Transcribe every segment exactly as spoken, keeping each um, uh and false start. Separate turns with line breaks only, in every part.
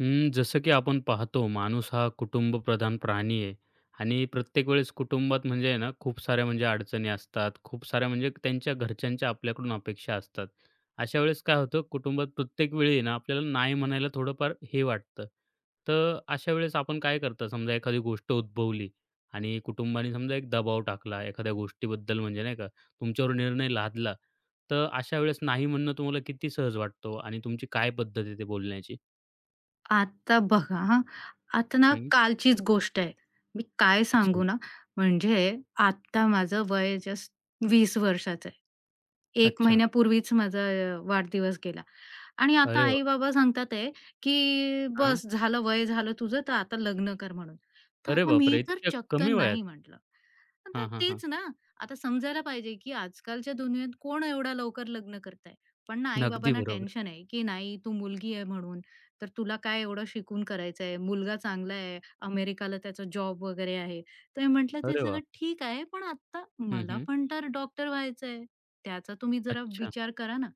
हं, जसं की आपण पाहतो माणूस हा कुटुंबप्रधान प्राणी आहे आणि प्रत्येक वेळेस कुटुंबात म्हणजे आहे ना खूप साऱ्या म्हणजे अडचणी असतात. खूप साऱ्या म्हणजे त्यांच्या घरच्यांच्या आपल्याकडून अपेक्षा असतात. अशा वेळेस काय होतं कुटुंबात प्रत्येक वेळी आहे ना आपल्याला नाही म्हणायला थोडंफार हे वाटतं. तर अशा वेळेस आपण काय करता समजा एखादी गोष्ट उद्भवली आणि कुटुंबाने समजा एक दबाव टाकला एखाद्या गोष्टीबद्दल म्हणजे नाही का तुमच्यावर निर्णय लादला. तर अशा वेळेस नाही म्हणणं तुम्हाला किती सहज वाटतो आणि तुमची काय पद्धत आहे ते बोलण्याची?
आता बघा हां, आता ना कालचीच गोष्ट आहे. मी काय
अच्छा,
सांगू ना, म्हणजे आत्ता माझं वय जस्ट वीस वर्षाचं आहे. एक
अच्छा.
महिन्यापूर्वीच माझा अ, वाढदिवस गेला. आणि आता
अरे वाह!
आई-बाबा सांगतात आहे, की
हां.
"बस झालं, वय झालं तुझं, तर आता लग्न कर" म्हणून. तर
अरे
आता मी
बापरे!
तर
इतक्या
चक्क
कमी वयात?
नाही म्हटलं. आता
हां, हां, हां.
तेच ना, आता समजायला पाहिजे, की आजकालच्या दुनियेत कोण एवढ्या लवकर लग्न करतंय. पण ना
अगदी
आई-बाबांना
बरोबर.
टेन्शन आहे, की "नाही, तू मुलगी आहे म्हणून, तर तुला काय एवढं शिकून करायचं आहे. मुलगा चांगला आहे, अमेरिकाला त्याचा जॉब वगैरे आहे." तर मी म्हटलं, "ते
अरे वाह!
सगळं ठीक आहे, पण आता
हं,
मला
हं.
पण तर डॉक्टर व्हायचं आहे. त्याचा तुम्ही जरा
अच्छा.
विचार करा ना."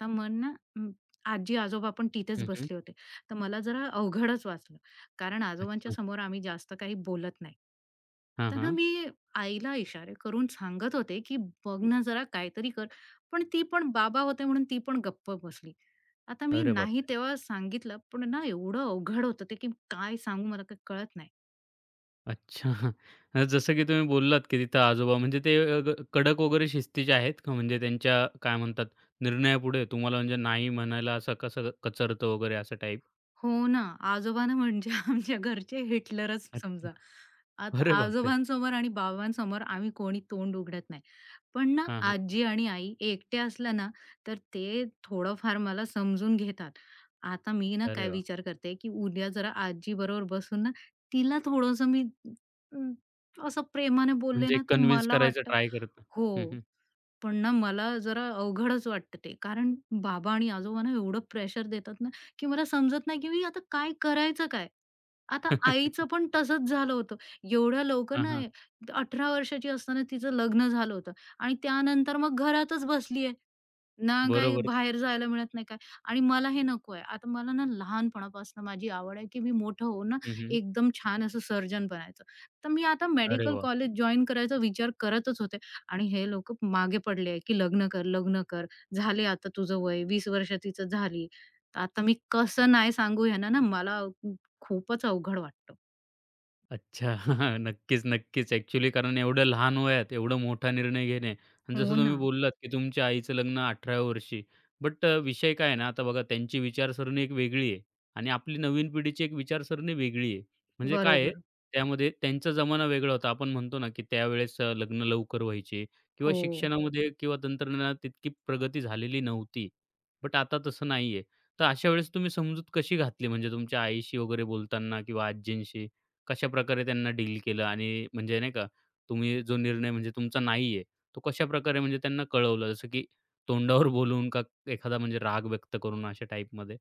तर मन ना अं, आजी-आजोबा पण तिथेच
हं, हं.
बसले होते. तर मला जरा अवघडच वाटलं, कारण आजोबांच्या
अच्छा.
समोर आम्ही जास्त काही बोलत नाही.
हां,
तर ना
हां.
मी आईला इशारे करून सांगत होते, की "बघ ना जरा काहीतरी कर." पण ती पण बाबा होते म्हणून ती पण गप्प बसली. आता मी
अरे
नाही
बापरे!
तेव्हा सांगितलं, पण ना एवढं अवघड होतं ते, की काय सांगू मला काही कळत नाही.
अच्छा. अ, जसं की तुम्ही बोललात, की तिथं आजोबा म्हणजे ते अ, ग कडक वगैरे शिस्तीचे आहेत का? म्हणजे त्यांच्या काय म्हणतात निर्णयापुढे तुम्हाला म्हणजे नाही म्हणायला असं कसं कचरतं वगैरे असं टाईप?
हो ना, आजोबा ना म्हणजे आमच्या घरचे हिटलरच
अच्छा.
समजा. आता
अरे बापरे!
आजोबांसमोर आणि बाबांसमोर आम्ही कोणी तोंड उघडत नाही. पण ना
हां, हां.
आजी आणि आई एकट्या असल्या ना, तर ते थोडंफार मला समजून घेतात. आता मी ना
अरे
काय
वाह!
विचार करते, की उद्या जरा आजीबरोबर बसून ना, तिला थोडंसं मी अं, असं प्रेमाने बोलले
म्हणजे
ना, तर
कन्विन्स
मला
करायचं
वाटतं
ट्राय करतं.
हो.
हं, हं.
पण ना मला जरा अवघडच वाटतं ते. कारण बाबा आणि आजोबा ना एवढं प्रेशर देतात ना, की मला समजत नाही की मी आता काय करायचं काय? आता आईचं पण तसंच झालं होतं. एवढ्या लवकर
हां,
ना
हां.
अठरा वर्षाची असताना तिचं लग्न झालं होतं आणि त्यानंतर मग घरातच बसली ना काही
बरोबर.
बाहेर जायला मिळत नाही काय आणि मला हे नकोय. आता मला ना लहानपणापासून माझी आवड आहे, की मी मोठं होऊन ना
हं, हं.
एकदम छान असं सर्जन बनायचं. तर मी आता
अरे
मेडिकल
वाह!
कॉलेज जॉइन करायचा विचार करतच होते आणि हे लोक मागे पडले, आहे की "लग्न कर, लग्न कर. झाले आता तुझं वय वीस वर्ष तिचं झाली." तर आता मी कसं नाही सांगू ह्यांना ना मला खूपच अवघड वाटतं.
अच्छा. नक्कीच, नक्कीच. ॲक्चुअली कारण एवढं लहान वयात एवढा मोठा निर्णय घेणे आणि
हो
जसं
ना.
तुम्ही बोललात, की तुमच्या आईचं लग्न अठराव्या वर्षी. बट अ, विषय काय आहे ना, आता बघा त्यांची विचारसरणी एक वेगळी आहे आणि आपली नवीन पिढीची एक विचारसरणी वेगळी आहे. म्हणजे काय आहे,
बरोबर.
त्यामध्ये त्यांचा जमाना वेगळा होता. आपण म्हणतो ना, की त्यावेळेस अ, लग्न लवकर व्हायचे किंवा
हो.
शिक्षणामध्ये किंवा तंत्रज्ञानात तितकी प्रगती झालेली नव्हती. बट आता तसं नाहीये. तर अशा वेळेस तुम्ही समजूत कशी घातली म्हणजे तुमच्या आईशी वगैरे बोलताना किंवा आजींशी? कशाप्रकारे त्यांना डील केलं आणि म्हणजे नाही का, तुम्ही जो निर्णय म्हणजे तुमचा नाहीये, तो कशाप्रकारे म्हणजे त्यांना कळवलं? जसं की तोंडावर बोलून का एखादा म्हणजे राग व्यक्त करून अशा टाईपमध्ये?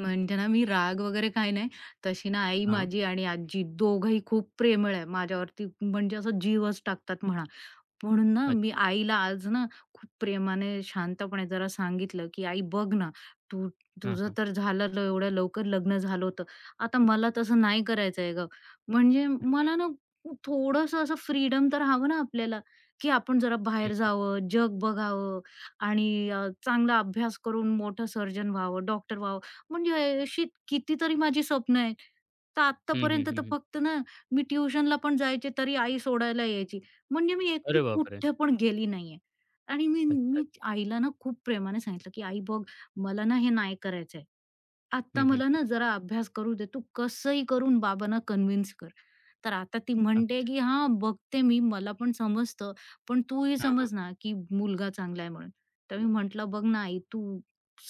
म्हणजे ना, मी राग वगैरे काही नाही. तशी ना आई
हां,
माझी आणि आजी दोघंही खूप प्रेमळ आहे. माझ्यावरती म्हणजे असं जीवच टाकतात म्हणा. म्हणून ना, मी
अच्छा.
आईला आज ना खूप प्रेमाने, शांतपणे जरा सांगितलं, की "आई बघ ना, तू
हां,
तुझं
हां.
तर झालं ल एवढ्या लवकर लग्न झालं होतं. आता मला तसं नाही करायचं आहे गं. म्हणजे
हं,
मला ना थोडंसं असं फ्रीडम तर हवं ना आपल्याला, की आपण जरा
हं,
बाहेर
हं.
जावं, जग बघावं आणि अ, चांगला अभ्यास करून मोठं सर्जन व्हावं, डॉक्टर व्हावं." म्हणजे अशी कितीतरी माझी स्वप्न आहेत. तर
हं, हं,
आत्तापर्यंत तर
हं,
फक्त ना, मी ट्युशनला पण जायचे, तरी आई सोडायला यायची. म्हणजे मी एकटी
अरे बापरे!
कुठे पण गेली नाहीये. आणि मी
अच्छा,
मी
अच्छा.
आईला ना खूप प्रेमाने सांगितलं, की "आई बघ, मला ना हे नाही करायचंय. आता
हं, हं,
मला
हं.
ना जरा अभ्यास करू दे. तू कसंही करून बाबांना कन्व्हिन्स कर." तर आता ती
हां,
म्हणते, की "हां, बघते मी. मला पण समजतं. पण तूही
हां, हां.
समज ना, की मुलगा चांगला आहे म्हणून." तर मी म्हटलं, "बघ ना आई, तू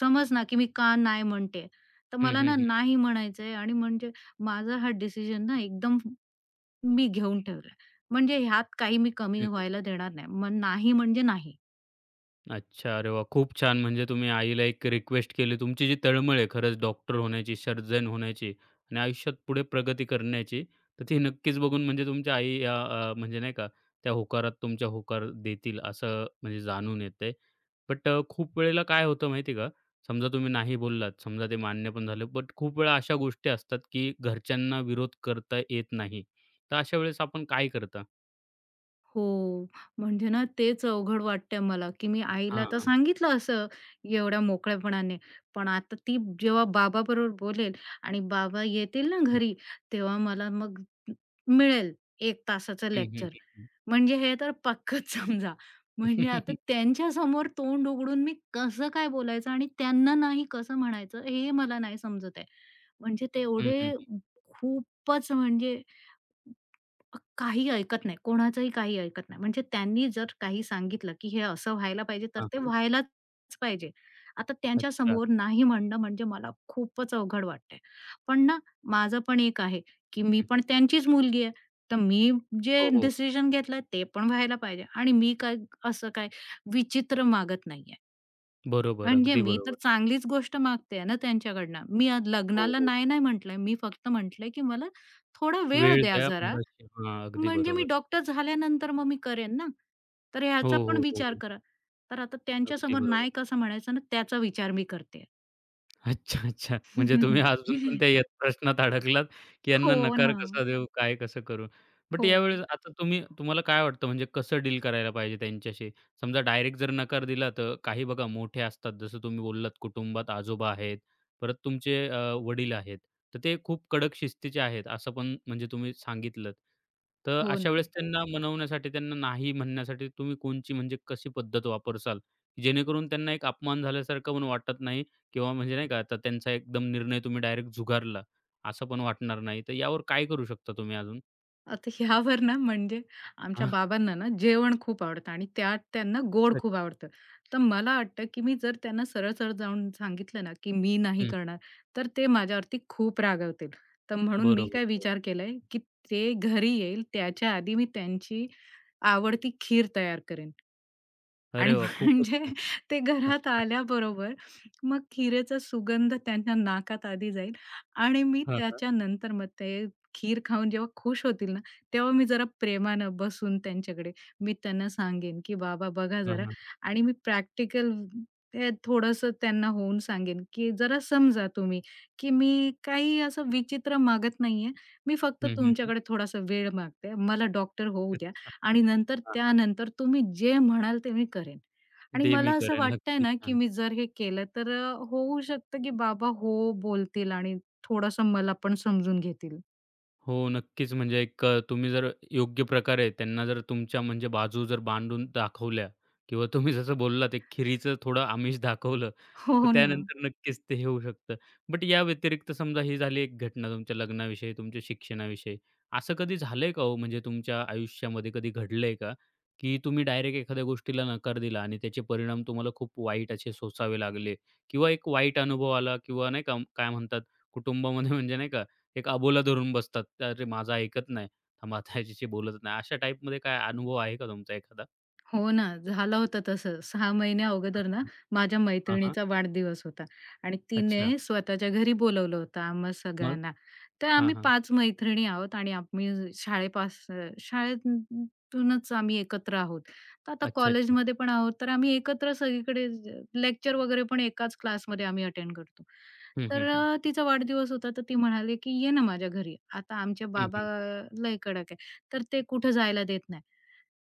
समज ना, की मी का नाही म्हणते. तर
हं,
मला
हं,
ना
हं.
नाही म्हणायचंय आणि म्हणजे माझा हा डिसिजन ना एकदम" मी घेऊन ठेवलाय. म्हणजे ह्यात काही मी कमी
हं, हं.
व्हायला देणार नाही. मग नाही म्हणजे नाही.
अच्छा. अरे वाह! खूप छान. म्हणजे तुम्ही आईला एक रिक्वेस्ट केली. तुमची जी तळमळ आहे खरंच डॉक्टर होण्याची, सर्जन होण्याची आणि आयुष्यात पुढे प्रगती करण्याची, तर ती नक्कीच बघून म्हणजे तुमच्या आई या अ, म्हणजे नाही का, त्या होकारात तुमच्या होकार देतील असं म्हणजे जाणून येतंय. बट अ, खूप वेळेला काय होतं माहिती का, समजा तुम्ही नाही बोललात, समजा ते मान्य पण झालं, बट खूप वेळा अशा गोष्टी असतात, की घरच्यांना विरोध करता येत नाही. तर अशा वेळेस आपण काय करता?
हो. म्हणजे ना तेच अवघड वाटतंय मला, की मी आईला
हां,
तर
हां.
सांगितलं असं एवढ्या मोकळेपणाने. पण आता ती जेव्हा बाबाबरोबर बोलेल आणि बाबा येतील ना
हं.
घरी, तेव्हा मला मग मिळेल एक तासाचं
हं, हं,
लेक्चर.
हं, हं.
म्हणजे हे तर पक्कंच समजा.
हं,
म्हणजे आता त्यांच्यासमोर तोंड उघडून मी कसं काय बोलायचं आणि त्यांना नाही कसं म्हणायचं हे मला नाही समजत आहे. म्हणजे ते एवढे खूपच म्हणजे अ, काही ऐकत नाही. कोणाचंही काही ऐकत नाही. म्हणजे त्यांनी जर काही सांगितलं, की हे असं व्हायला पाहिजे, तर
हां,
ते
हां.
व्हायलाच पाहिजे. आता
अच्छा.
त्यांच्यासमोर नाही म्हणणं म्हणजे मला खूपच अवघड वाटतंय. पण ना, माझं पण एक आहे, की
हं,
मी
हं.
पण त्यांचीच मुलगी आहे. तर मी जे
हो, हो.
डिसिजन घेतलंय ते पण व्हायला पाहिजे आणि मी काय असं काय विचित्र मागत नाहीये.
बरोबर.
म्हणजे
अगदी
मी तर
बरोबर.
चांगलीच गोष्ट मागते ना त्यांच्याकडनं. मी आज
हो,
लग्नाला
हो, हो.
नाही-नाही म्हटलंय. मी फक्त म्हटलंय, की मला थोडा वेळ
वेळ
द्या
द्या
जरा.
मुलाशी. हां, अगदी
म्हणजे मी
बरोबर.
डॉक्टर झाल्यानंतर मग मी करेन ना. तर
हो,
ह्याचा पण
हो, हो,
विचार
हो.
करा. तर आता
अगदी
त्यांच्यासमोर
बरोबर.
नाही कसं म्हणायचं ना, त्याचा विचार मी करते
अच्छा, अच्छा. म्हणजे तुम्ही
आहे.
अजून पण त्या यात प्रश्नात अडकलात, की
हो
यांना नकार
ना.
कसा देऊ? काय कसं करू? बट
हो.
यावेळेस आता तुम्ही तुम्हाला काय वाटतं म्हणजे कसं डील करायला पाहिजे त्यांच्याशी? समजा डायरेक्ट जर नकार दिला तर काही बघा मोठे असतात जसं तुम्ही बोललात कुटुंबात आजोबा आहेत, परत तुमचे अ, वडील आहेत. तर ते खूप कडक शिस्तीचे आहेत असं पण म्हणजे तुम्ही सांगितलंत. तर
हो
अशा
ना.
वेळेस त्यांना मनवण्यासाठी त्यांना नाही म्हणण्यासाठी तुम्ही कोणची म्हणजे कशी पद्धत वापरसाल? जेणेकरून त्यांना एक अपमान झाल्यासारखं पण वाटत नाही किंवा म्हणजे नाही का आता त्यांचा एकदम निर्णय तुम्ही डायरेक्ट झुगारला, असं पण वाटणार नाही. तर यावर काय करू शकता तुम्ही अजून?
आता ह्यावर ना म्हणजे आमच्या
हां.
बाबांना ना जेवण खूप आवडतं आणि त्यात त्यांना गोड
अच्छा, अच्छा.
खूप आवडतं. तर मला वाटतं, की मी जर त्यांना सरळ-सरळ जाऊन सांगितलं ना, की मी नाही
हं.
करणार, तर ते माझ्यावरती खूप रागावतील. तर म्हणून मी
बरोबर.
काय
हो.
विचार केलाय, की ते घरी येईल त्याच्या आधी मी त्यांची आवडती खीर तयार करेन.
अरे
आणि
वाह! खूपच
म्हणजे
छान.
ते घरात आल्याबरोबर मग खीरेचा सुगंध त्यांच्या नाकात आधी जाईल आणि मी
हां, हां.
त्याच्यानंतर मग ते खीर खाऊन जेव्हा खुश होतील ना, तेव्हा मी जरा प्रेमानं बसून त्यांच्याकडे मी त्यांना सांगेन, की "बाबा बघा
हां,
जरा"
हां.
आणि मी प्रॅक्टिकल ते थोडंसं त्यांना होऊन सांगेन, की "जरा समजा तुम्ही, की मी काही असं विचित्र मागत नाहीये. मी फक्त
हं, हं, हं.
तुमच्याकडे थोडासा वेळ मागते. मला डॉक्टर होऊ
हं.
द्या." आणि नंतर
हां.
त्यानंतर तुम्ही जे म्हणाल ते मी करेन. आणि
दे मी
मला असं
करेन.
वाटतंय
अगदी
ना, की
छान.
मी जर हे केलं तर अ, होऊ शकतं, की बाबा हो बोलतील आणि थोडंसं मला पण समजून घेतील.
हो, नक्कीच. म्हणजे एक अ, तुम्ही जर योग्य प्रकारे त्यांना जर तुमच्या म्हणजे बाजू जर मांडून दाखवल्या किंवा तुम्ही जसं बोललात एक खिरीचं थोडं आमिष दाखवलं,
हो
तर
हो ना.
त्यानंतर नक्कीच ते हे होऊ शकतं. बट या व्यतिरिक्त समजा ही झाली एक घटना तुमच्या लग्नाविषयी, तुमच्या शिक्षणाविषयी. असं कधी झालंय का हो म्हणजे तुमच्या आयुष्यामध्ये कधी घडलंय का, की तुम्ही डायरेक्ट एखाद्या गोष्टीला नकार दिला आणि त्याचे परिणाम तुम्हाला खूप वाईट असे सोसावे लागले किंवा एक वाईट अनुभव आला किंवा नाही का काय म्हणतात कुटुंबामध्ये म्हणजे नाही का एक अबोला धरून बसतात. "अरे, माझं ऐकत नाही. थांबा, आता ह्याच्याशी बोलतच नाही." अशा टाईपमध्ये काय अनुभव आहे का तुमचा एखादा?
हो ना, झालं होतं तसं. सहा महिन्या अगोदर ना,
अच्छा.
माझ्या
हां, हां.
मैत्रिणीचा वाढदिवस होता आणि तिने
अच्छा.
स्वतःच्या घरी बोलवलं होतं आम्हा
मग?
सगळ्यांना. तर
हां,
आम्ही
हां.
पाच मैत्रिणी आहोत आणि आम्ही शाळेपास शाळेतूनच आम्ही एकत्र आहोत. तर आता
अच्छा, अच्छा.
कॉलेजमध्ये पण आहोत, तर आम्ही एकत्र सगळीकडे लेक्चर वगैरे पण एकाच क्लासमध्ये आम्ही अटेंड करतो.
हं, हं,
तर
हं.
अ, तिचा वाढदिवस होता, तर ती म्हणाली, की "ये ना माझ्या घरी." आता आमचे
हं,
बाबा
हं.
लय कडक आहे, तर ते कुठं जायला देत नाही.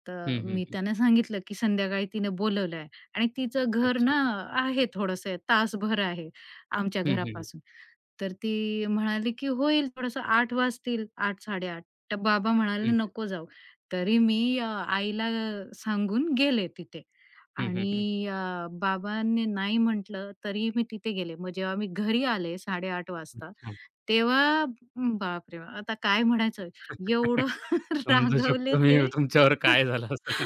तर
हं, हं,
मी
हं.
त्यांना सांगितलं, की संध्याकाळी तिने बोलवलं आहे आणि तिचं घर
अच्छा.
ना आहे थोडंसं तासभर आहे आमच्या
हं, हं, हं.
घरापासून. तर ती म्हणाली, की होईल थोडंसं आठ वाजतील, आठ-साडे आठ. तर बाबा म्हणाले,
हं, हं.
"नको जाऊ." तरी मी अ, आईला सांगून गेले तिथे
हं, हं, हं.
आणि अ, बाबांनी नाही म्हटलं तरी मी तिथे गेले. मग जेव्हा मी घरी आले साडे आठ वाजता
अच्छा.
तेव्हा बापरे! आता काय म्हणायचं एवढं
समजू
रागवले
शकतो मी
ते.
तुमच्यावर काय झालं असेल.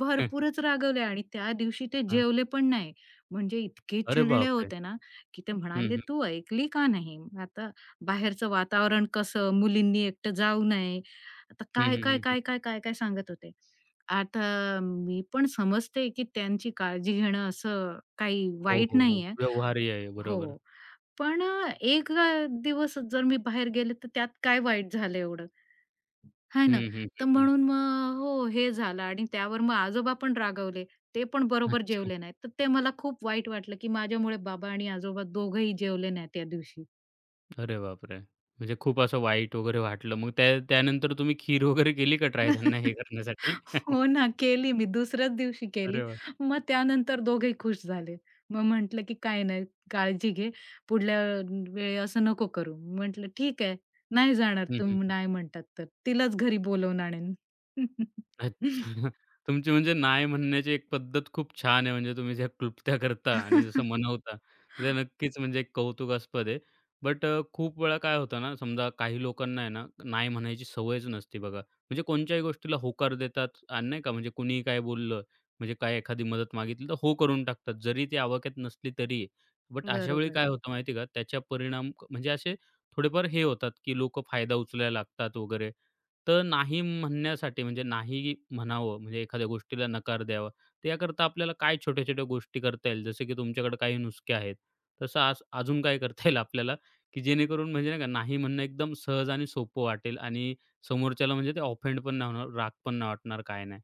भरपूरच रागवले आणि त्या दिवशी ते
हां.
जेवले पण नाही. म्हणजे इतके
अरे
चिडले
बापरे!
होते ना, की ते
हं,
म्हणाले,
हं.
"तू ऐकली का नाही? आता बाहेरचं वातावरण कसं, मुलींनी एकटं जाऊ नये." आता
हं,
काय,
हं,
काय,
हं, हं.
काय, काय, काय, काय सांगत होते. आता मी पण समजते, की त्यांची काळजी घेणं असं काही
हो,
वाईट
हो, हो.
नाहीये.
व्यवहार्य आहे. बरोबर.
हो. पण एक दिवस जर मी बाहेर गेले, तर त्यात काय वाईट झालं एवढं? आहे ना.
हं, हं,
तर
हं, हं.
म्हणून मग हो, हे झालं आणि त्यावर मग आजोबा पण रागावले. ते पण बरोबर
अच्छा.
जेवले नाहीत. तर ते मला खूप वाईट वाटलं, की माझ्यामुळे बाबा आणि आजोबा दोघंही जेवले नाहीत त्या दिवशी.
अरे बापरे! म्हणजे खूप असं वाईट वगैरे वाटलं. मग त्या त्यानंतर तुम्ही खीर वगैरे केली का ट्राय त्यांना हे करण्यासाठी?
हो ना, केली मी दुसऱ्याच दिवशी
अरे
केली.
वाह!
मग त्यानंतर दोघेही खुश झाले. मग म्हटलं, की "काही नाही, काळजी घे. पुढल्या वेळी असं नको करू." म्हटलं, "ठीक आहे. नाही जाणार
हं, हं.
तुम्ही नाही म्हणतात तर. तिलाच घरी बोलावून आणेन."
अच्छा. तुमची म्हणजे नाही म्हणण्याची एक पद्धत खूप छान आहे. म्हणजे तुम्ही ज्या क्लुप्त्या करता आणि जसं मनवता, ते नक्कीच म्हणजे एक कौतुकास्पद आहे. बट अ, खूप वेळा काय होतं ना, समजा काही लोकांना आहे ना, नाही म्हणायची सवयच नसते बघा. म्हणजे कोणत्याही गोष्टीला होकार देतात आणि नाही का, म्हणजे कुणीही काय बोललं, म्हणजे काय एखादी मदत मागितली तर हो करून टाकतात. जरी ती आवाक्यात नसली तरीही. बट अशा वेळी
बरोबर.
काय होतं माहिती का, त्याच्या परिणाम क- म्हणजे असे थोडेफार हे होतात, की लोकं फायदा उचलायला लागतात वगैरे. तर नाही म्हणण्यासाठी म्हणजे नाही म्हणावं, म्हणजे एखाद्या गोष्टीला नकार द्यावा, तर याकरता आपल्याला काय छोट्या-छोट्या गोष्टी करता येईल? जसं की तुमच्याकडे काही नुसके आहेत. तसं आज अजून काय करता येईल आपल्याला, की जेणेकरून म्हणजे नाही का, नाही म्हणणं एकदम सहज आणि सोपं वाटेल आणि समोरच्याला म्हणजे ते ऑफेंड पण नाही होणार, राग पण नाही वाटणार, काय नाही.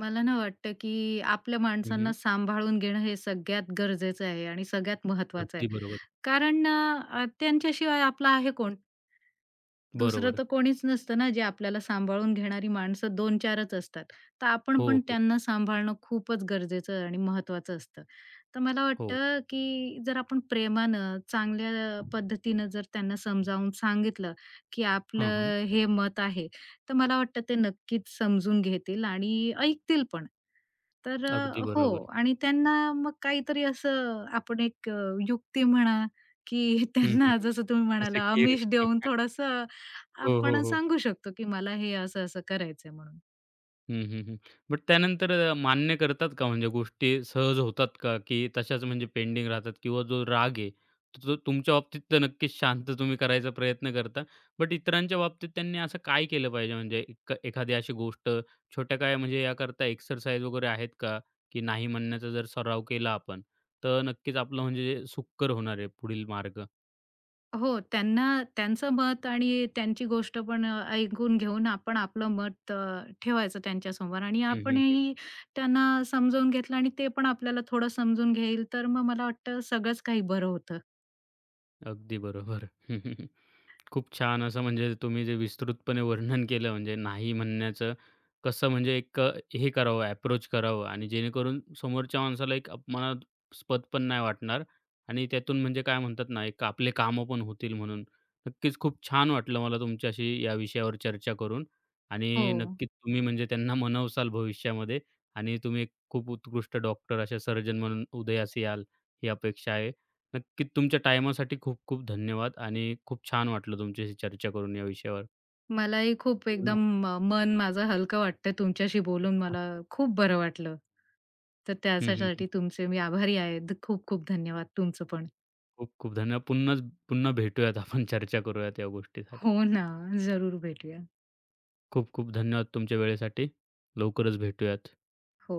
मला ना वाटतं, की आपल्या
हं,
माणसांना सांभाळून घेणं हे सगळ्यात गरजेचं आहे आणि सगळ्यात महत्त्वाचं आहे.
अगदी बरोबर.
कारण ना, अ, त्यांच्याशिवाय आपला आहे कोण? दुसरं
बरोबर.
तर कोणीच नसतं ना, जे आपल्याला सांभाळून घेणारी माणसं दोन ते चार-4च असतात. तर आपण
हो,
पण
हो.
त्यांना सांभाळणं खूपच गरजेचं आणि महत्त्वाचं असतं. तर मला
हो.
वाटतं, की जर आपण प्रेमानं, चांगल्या पद्धतीनं जर त्यांना समजावून सांगितलं, की
हां, हां.
आपलं हे मत आहे, तर मला वाटतं ते नक्कीच समजून घेतील आणि ऐकतील पण. तर
अगदी
अ, हो
बरोबर.
आणि त्यांना मग काहीतरी असं आपण एक अ, युक्ती म्हणा, की
हं, हं,
त्यांना
हं.
जसं तुम्ही
जसं
म्हणाला,
की
आमिष देऊन थोडंसं
हो, हो,
आपण
हो.
सांगू शकतो, की मला हे असं-असं करायचंय म्हणून.
हं, हं, हं. बट त्यानंतर अ, मान्य करतात का? म्हणजे गोष्टी सहज होतात का? की तशाच म्हणजे पेंडिंग राहतात किंवा जो राग आहे, तो तो तुमच्या बाबतीत तर नक्कीच शांत तुम्ही करायचा प्रयत्न करता. बट इतरांच्या बाबतीत त्यांनी असं काय केलं पाहिजे? म्हणजे एक एखादी अशी गोष्ट छोट्या काय म्हणजे याकरता एक्सरसाइज वगैरे आहेत का? की नाही म्हणण्याचा जर सराव केला आपण, तर नक्कीच आपलं म्हणजे सुकर होणार आहे पुढील मार्ग.
हो, त्यांना त्यांचं मत आणि त्यांची गोष्ट पण अ, ऐकून घेऊन आपण आपलं मत अ, ठेवायचं त्यांच्यासमोर आणि
हं, हं, हं.
आपणही त्यांना समजावून घेतलं आणि ते पण आपल्याला थोडं समजून घेईल, तर मग मला वाटतं सगळंच काही बरं होतं.
अगदी बरोबर. खूप छान असं म्हणजे तुम्ही जे विस्तृतपणे वर्णन केलं म्हणजे नाही म्हणण्याचं कसं म्हणजे एक अ, हे करावं ॲप्रोच करावं आणि जेणेकरून समोरच्या माणसाला एक अपमानास्पद पण नाही वाटणार आणि त्यातून म्हणजे काय म्हणतात ना एक आपले कामं पण होतील म्हणून. नक्कीच खूप छान वाटलं मला तुमच्याशी या विषयावर चर्चा करून
हो,
आणि नक्कीच तुम्ही म्हणजे त्यांना मनवसाल भविष्यामध्ये आणि तुम्ही एक खूप उत्कृष्ट डॉक्टर अशा सर्जन म्हणून उदयास याल ही अपेक्षा आहे. नक्कीच तुमच्या टाईमासाठी खूप खूप धन्यवाद आणि खूप छान वाटलं तुमच्याशी चर्चा करून या विषयावर.
मलाही खूप
पुन्हा
एकदम म मन माझं हलकं वाटतं तुमच्याशी बोलून मला खूप बरं वाटलं. तर
हं, हं, हं.
त्याच्यासाठी तुमचे मी आभारी आहे. ध खूप खूप धन्यवाद तुमचं पण.
खूप खूप धन्यवाद. पुन्हाच पुन्हा भेटूयात आपण चर्चा करूयात या गोष्टीसाठी.
हो ना, जरूर भेटूया.
खूप खूप धन्यवाद तुमच्या वेळेसाठी. लवकरच भेटूयात.
हो.